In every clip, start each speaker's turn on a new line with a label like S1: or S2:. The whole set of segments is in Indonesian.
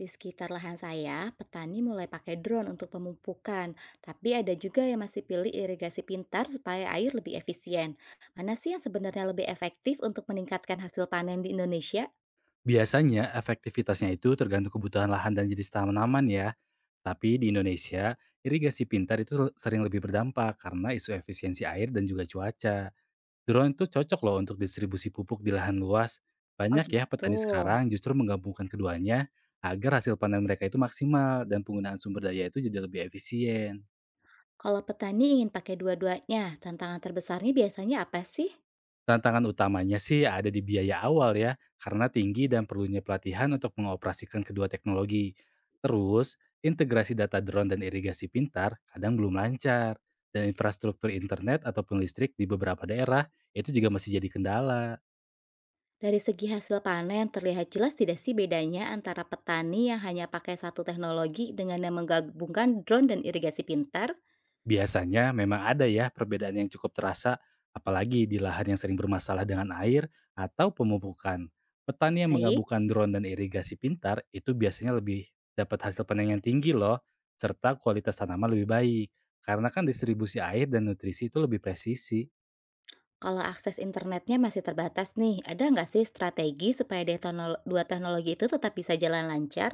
S1: Di sekitar lahan saya, petani mulai pakai drone untuk pemupukan, tapi ada juga yang masih pilih irigasi pintar supaya air lebih efisien. Mana sih yang sebenarnya lebih efektif untuk meningkatkan hasil panen di Indonesia?
S2: Biasanya efektivitasnya itu tergantung kebutuhan lahan dan jenis tanaman ya. Tapi di Indonesia, irigasi pintar itu sering lebih berdampak karena isu efisiensi air dan juga cuaca. Drone itu cocok loh untuk distribusi pupuk di lahan luas.
S1: Oh
S2: Banyak ya
S1: gitu.
S2: petani sekarang justru menggabungkan keduanya agar hasil panen mereka itu maksimal dan penggunaan sumber daya itu jadi lebih efisien.
S1: Kalau petani ingin pakai dua-duanya, tantangan terbesarnya biasanya apa sih?
S2: Tantangan utamanya sih ada di biaya awal ya, karena tinggi dan perlunya pelatihan untuk mengoperasikan kedua teknologi. Terus, integrasi data drone dan irigasi pintar kadang belum lancar, dan infrastruktur internet ataupun listrik di beberapa daerah itu juga masih jadi kendala.
S1: Dari segi hasil panen, terlihat jelas tidak sih bedanya antara petani yang hanya pakai satu teknologi dengan yang menggabungkan drone dan irigasi pintar?
S2: Biasanya memang ada ya perbedaan yang cukup terasa, apalagi di lahan yang sering bermasalah dengan air atau pemupukan. Petani yang
S1: Baik,
S2: menggabungkan drone dan irigasi pintar itu biasanya lebih dapat hasil panen yang tinggi loh, serta kualitas tanaman lebih baik, karena kan distribusi air dan nutrisi itu lebih presisi.
S1: kalau akses internetnya masih terbatas nih, ada nggak sih strategi supaya dua teknologi itu tetap bisa jalan lancar?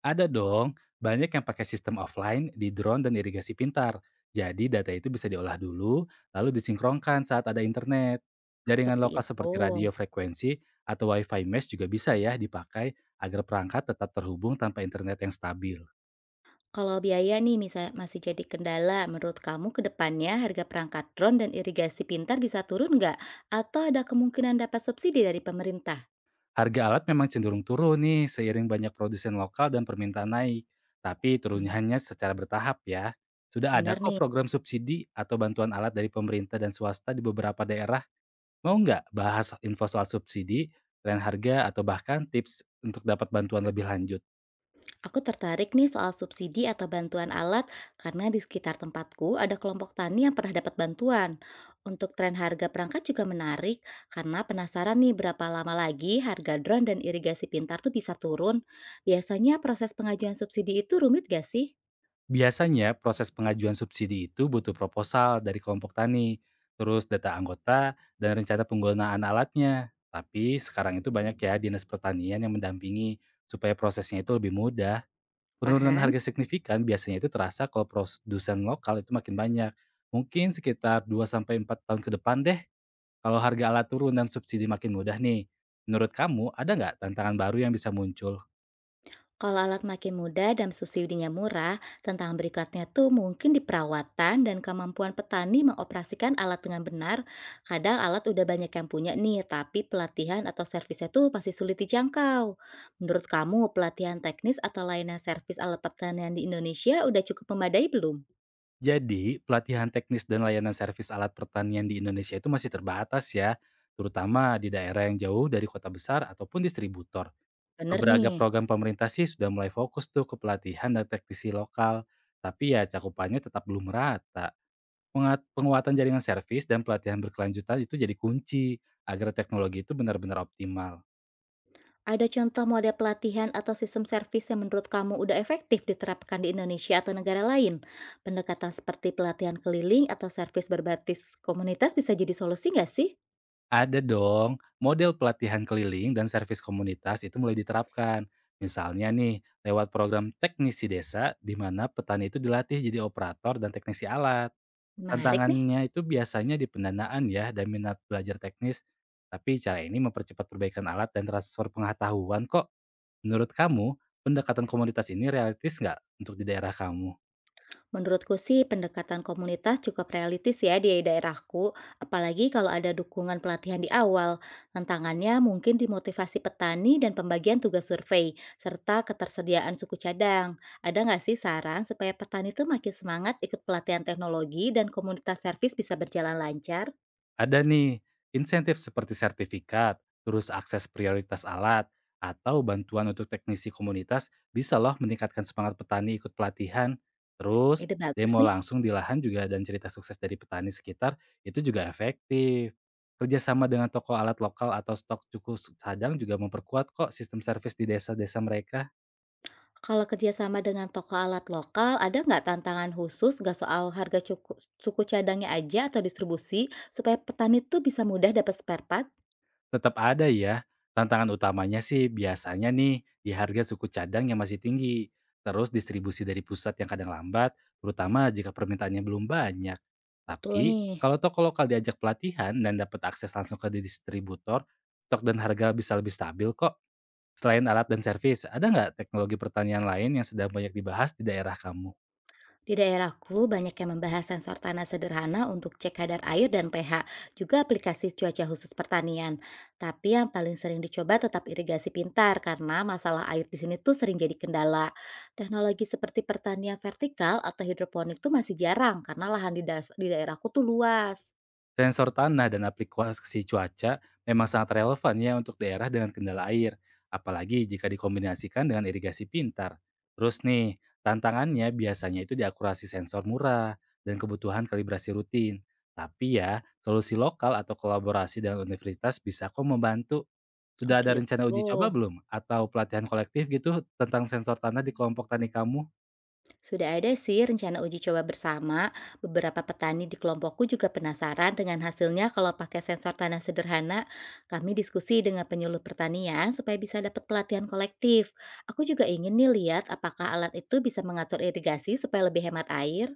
S2: Ada dong, banyak yang pakai sistem offline di drone dan irigasi pintar. Jadi data itu bisa diolah dulu, lalu disinkronkan saat ada internet. Jaringan
S1: Seperti
S2: lokal
S1: itu.
S2: seperti radio frekuensi atau wifi mesh juga bisa ya dipakai agar perangkat tetap terhubung tanpa internet yang stabil.
S1: Kalau biaya nih misal masih jadi kendala, menurut kamu ke depannya harga perangkat drone dan irigasi pintar bisa turun nggak? Atau ada kemungkinan dapat subsidi dari pemerintah?
S2: Harga alat memang cenderung turun nih seiring banyak produsen lokal dan permintaan naik. Tapi turunnya
S1: Benar.
S2: hanya secara bertahap ya. Sudah ada
S1: Benar
S2: kok
S1: nih.
S2: program subsidi atau bantuan alat dari pemerintah dan swasta di beberapa daerah. Mau nggak bahas info soal subsidi, tren harga, atau bahkan tips untuk dapat bantuan lebih lanjut?
S1: Aku tertarik nih soal subsidi atau bantuan alat karena di sekitar tempatku ada kelompok tani yang pernah dapat bantuan. Untuk tren harga perangkat juga menarik karena penasaran nih berapa lama lagi harga drone dan irigasi pintar tuh bisa turun. Biasanya proses pengajuan subsidi itu rumit gak sih?
S2: Biasanya proses pengajuan subsidi itu butuh proposal dari kelompok tani, terus data anggota, dan rencana penggunaan alatnya. Tapi sekarang itu banyak ya dinas pertanian yang mendampingi supaya prosesnya itu lebih mudah. Penurunan harga
S1: Paham?
S2: signifikan biasanya itu terasa kalau produsen lokal itu makin banyak. Mungkin sekitar 2 sampai 4 tahun ke depan deh. Kalau harga alat turun dan subsidi makin mudah nih, menurut kamu ada nggak tantangan baru yang bisa muncul?
S1: Kalau alat makin mudah dan subsidinya murah, tentang berikutnya tuh mungkin di perawatan dan kemampuan petani mengoperasikan alat dengan benar. Kadang alat udah banyak yang punya nih, tapi pelatihan atau servisnya tuh masih sulit dijangkau. Menurut kamu, pelatihan teknis atau layanan servis alat pertanian di Indonesia udah cukup memadai belum?
S2: Jadi, pelatihan teknis dan layanan servis alat pertanian di Indonesia itu masih terbatas ya, terutama di daerah yang jauh dari kota besar ataupun distributor.
S1: Bener
S2: Beberapa
S1: nih.
S2: program pemerintah sih sudah mulai fokus tuh ke pelatihan dan teknisi lokal, tapi ya cakupannya tetap belum merata. Penguatan jaringan servis dan pelatihan berkelanjutan itu jadi kunci agar teknologi itu benar-benar optimal.
S1: Ada contoh model pelatihan atau sistem servis yang menurut kamu udah efektif diterapkan di Indonesia atau negara lain? Pendekatan seperti pelatihan keliling atau servis berbasis komunitas bisa jadi solusi nggak sih?
S2: Ada dong, model pelatihan keliling dan servis komunitas itu mulai diterapkan. Misalnya nih, lewat program teknisi desa, di mana petani itu dilatih jadi operator dan teknisi alat.
S1: Menarik nih.
S2: Tantangannya itu biasanya di pendanaan ya, dan minat belajar teknis. Tapi cara ini mempercepat perbaikan alat dan transfer pengetahuan kok. Menurut kamu, pendekatan komunitas ini realistis nggak untuk di daerah kamu?
S1: Menurutku sih pendekatan komunitas cukup realistis ya di daerahku, apalagi kalau ada dukungan pelatihan di awal. Tantangannya mungkin dimotivasi petani dan pembagian tugas survei, serta ketersediaan suku cadang. Ada nggak sih saran supaya petani tuh makin semangat ikut pelatihan teknologi dan komunitas servis bisa berjalan lancar?
S2: Ada nih, insentif seperti sertifikat, terus akses prioritas alat, atau bantuan untuk teknisi komunitas bisa loh meningkatkan semangat petani ikut pelatihan. Terus,
S1: Ide bagus
S2: demo
S1: nih.
S2: langsung di lahan juga dan cerita sukses dari petani sekitar itu juga efektif. Kerjasama dengan toko alat lokal atau stok cukup sadang juga memperkuat kok sistem servis di desa-desa mereka.
S1: Kalau kerjasama dengan toko alat lokal, ada nggak tantangan khusus nggak soal harga suku cadangnya aja atau distribusi supaya petani tuh bisa mudah dapat spare part?
S2: Tetap ada ya. Tantangan utamanya sih biasanya nih di harga suku cadang yang masih tinggi, terus distribusi dari pusat yang kadang lambat, terutama jika permintaannya belum banyak.
S1: Betul
S2: Tapi
S1: nih.
S2: kalau toko lokal diajak pelatihan dan dapat akses langsung ke distributor, stok dan harga bisa lebih stabil kok. Selain alat dan servis, ada nggak teknologi pertanian lain yang sedang banyak dibahas di daerah kamu?
S1: Di daerahku banyak yang membahas sensor tanah sederhana untuk cek kadar air dan pH, juga aplikasi cuaca khusus pertanian. Tapi yang paling sering dicoba tetap irigasi pintar karena masalah air di sini tuh sering jadi kendala. Teknologi seperti pertanian vertikal atau hidroponik tuh masih jarang karena lahan di daerahku tuh luas.
S2: Sensor tanah dan aplikasi cuaca memang sangat relevan ya untuk daerah dengan kendala air, apalagi jika dikombinasikan dengan irigasi pintar. Terus nih, tantangannya biasanya itu di akurasi sensor murah dan kebutuhan kalibrasi rutin. Tapi ya, solusi lokal atau kolaborasi dengan universitas bisa kok membantu.
S1: Oh
S2: Sudah ada
S1: gitu.
S2: rencana uji coba belum? Atau pelatihan kolektif gitu tentang sensor tanah di kelompok tani kamu?
S1: Sudah ada sih rencana uji coba bersama. Beberapa petani di kelompokku juga penasaran dengan hasilnya kalau pakai sensor tanah sederhana. Kami diskusi dengan penyuluh pertanian supaya bisa dapat pelatihan kolektif. Aku juga ingin nih lihat apakah alat itu bisa mengatur irigasi supaya lebih hemat air.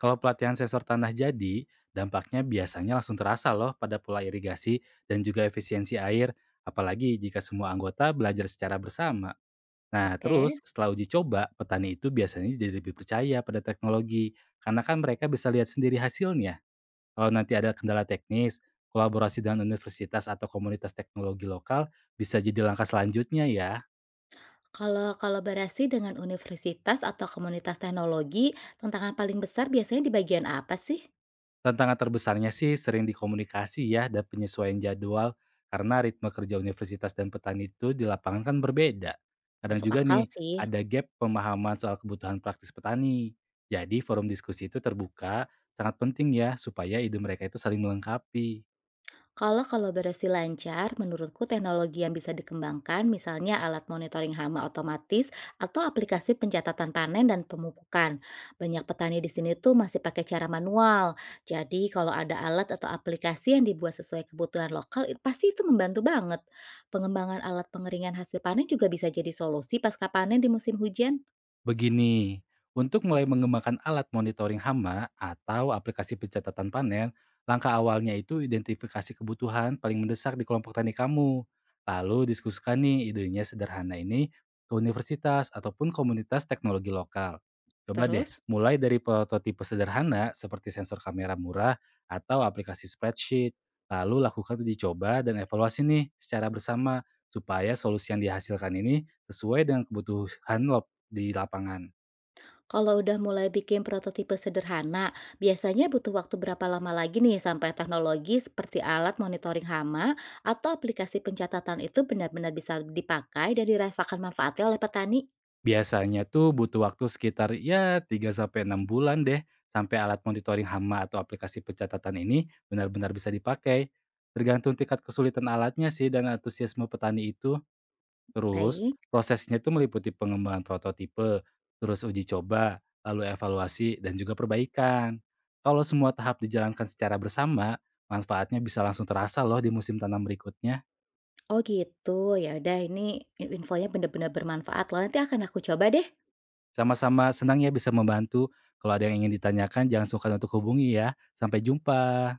S2: Kalau pelatihan sensor tanah jadi, dampaknya biasanya langsung terasa loh pada pola irigasi dan juga efisiensi air, apalagi jika semua anggota belajar secara bersama. Nah,
S1: Oke.
S2: terus setelah uji coba, petani itu biasanya jadi lebih percaya pada teknologi, karena kan mereka bisa lihat sendiri hasilnya. Kalau nanti ada kendala teknis, kolaborasi dengan universitas atau komunitas teknologi lokal bisa jadi langkah selanjutnya ya.
S1: Kalau kolaborasi dengan universitas atau komunitas teknologi, tantangan paling besar biasanya di bagian apa sih?
S2: Tantangan terbesarnya sih sering di komunikasi ya dan penyesuaian jadwal karena ritme kerja universitas dan petani itu di lapangan kan berbeda. Kadang
S1: Masuk
S2: juga
S1: akal
S2: nih
S1: sih.
S2: ada gap pemahaman soal kebutuhan praktis petani. Jadi forum diskusi itu terbuka sangat penting ya supaya ide mereka itu saling melengkapi.
S1: Kalau kolaborasi lancar, menurutku teknologi yang bisa dikembangkan misalnya alat monitoring hama otomatis atau aplikasi pencatatan panen dan pemupukan. Banyak petani di sini tuh masih pakai cara manual. Jadi kalau ada alat atau aplikasi yang dibuat sesuai kebutuhan lokal, pasti itu membantu banget. Pengembangan alat pengeringan hasil panen juga bisa jadi solusi pasca panen di musim hujan.
S2: Begini, untuk mulai mengembangkan alat monitoring hama atau aplikasi pencatatan panen, langkah awalnya itu identifikasi kebutuhan paling mendesak di kelompok tani kamu. Lalu diskusikan nih idenya sederhana ini ke universitas ataupun komunitas teknologi lokal. Coba deh,
S1: Terus?
S2: mulai dari prototipe sederhana seperti sensor kamera murah atau aplikasi spreadsheet. Lalu lakukan uji coba dan evaluasi nih secara bersama supaya solusi yang dihasilkan ini sesuai dengan kebutuhan di lapangan.
S1: Kalau udah mulai bikin prototipe sederhana, biasanya butuh waktu berapa lama lagi nih sampai teknologi seperti alat monitoring hama atau aplikasi pencatatan itu benar-benar bisa dipakai dan dirasakan manfaatnya oleh petani?
S2: Biasanya tuh butuh waktu sekitar ya 3 sampai 6 bulan deh, sampai alat monitoring hama atau aplikasi pencatatan ini benar-benar bisa dipakai. Tergantung tingkat kesulitan alatnya sih dan antusiasme petani itu. Terus,
S1: Baik.
S2: prosesnya itu meliputi pengembangan prototipe, terus uji coba, lalu evaluasi, dan juga perbaikan. Kalau semua tahap dijalankan secara bersama, manfaatnya bisa langsung terasa loh di musim tanam berikutnya.
S1: Oh gitu, ya udah ini infonya benar-benar bermanfaat loh. Nanti akan aku coba deh.
S2: Sama-sama, senang ya bisa membantu. Kalau ada yang ingin ditanyakan, jangan sungkan untuk hubungi ya. Sampai jumpa.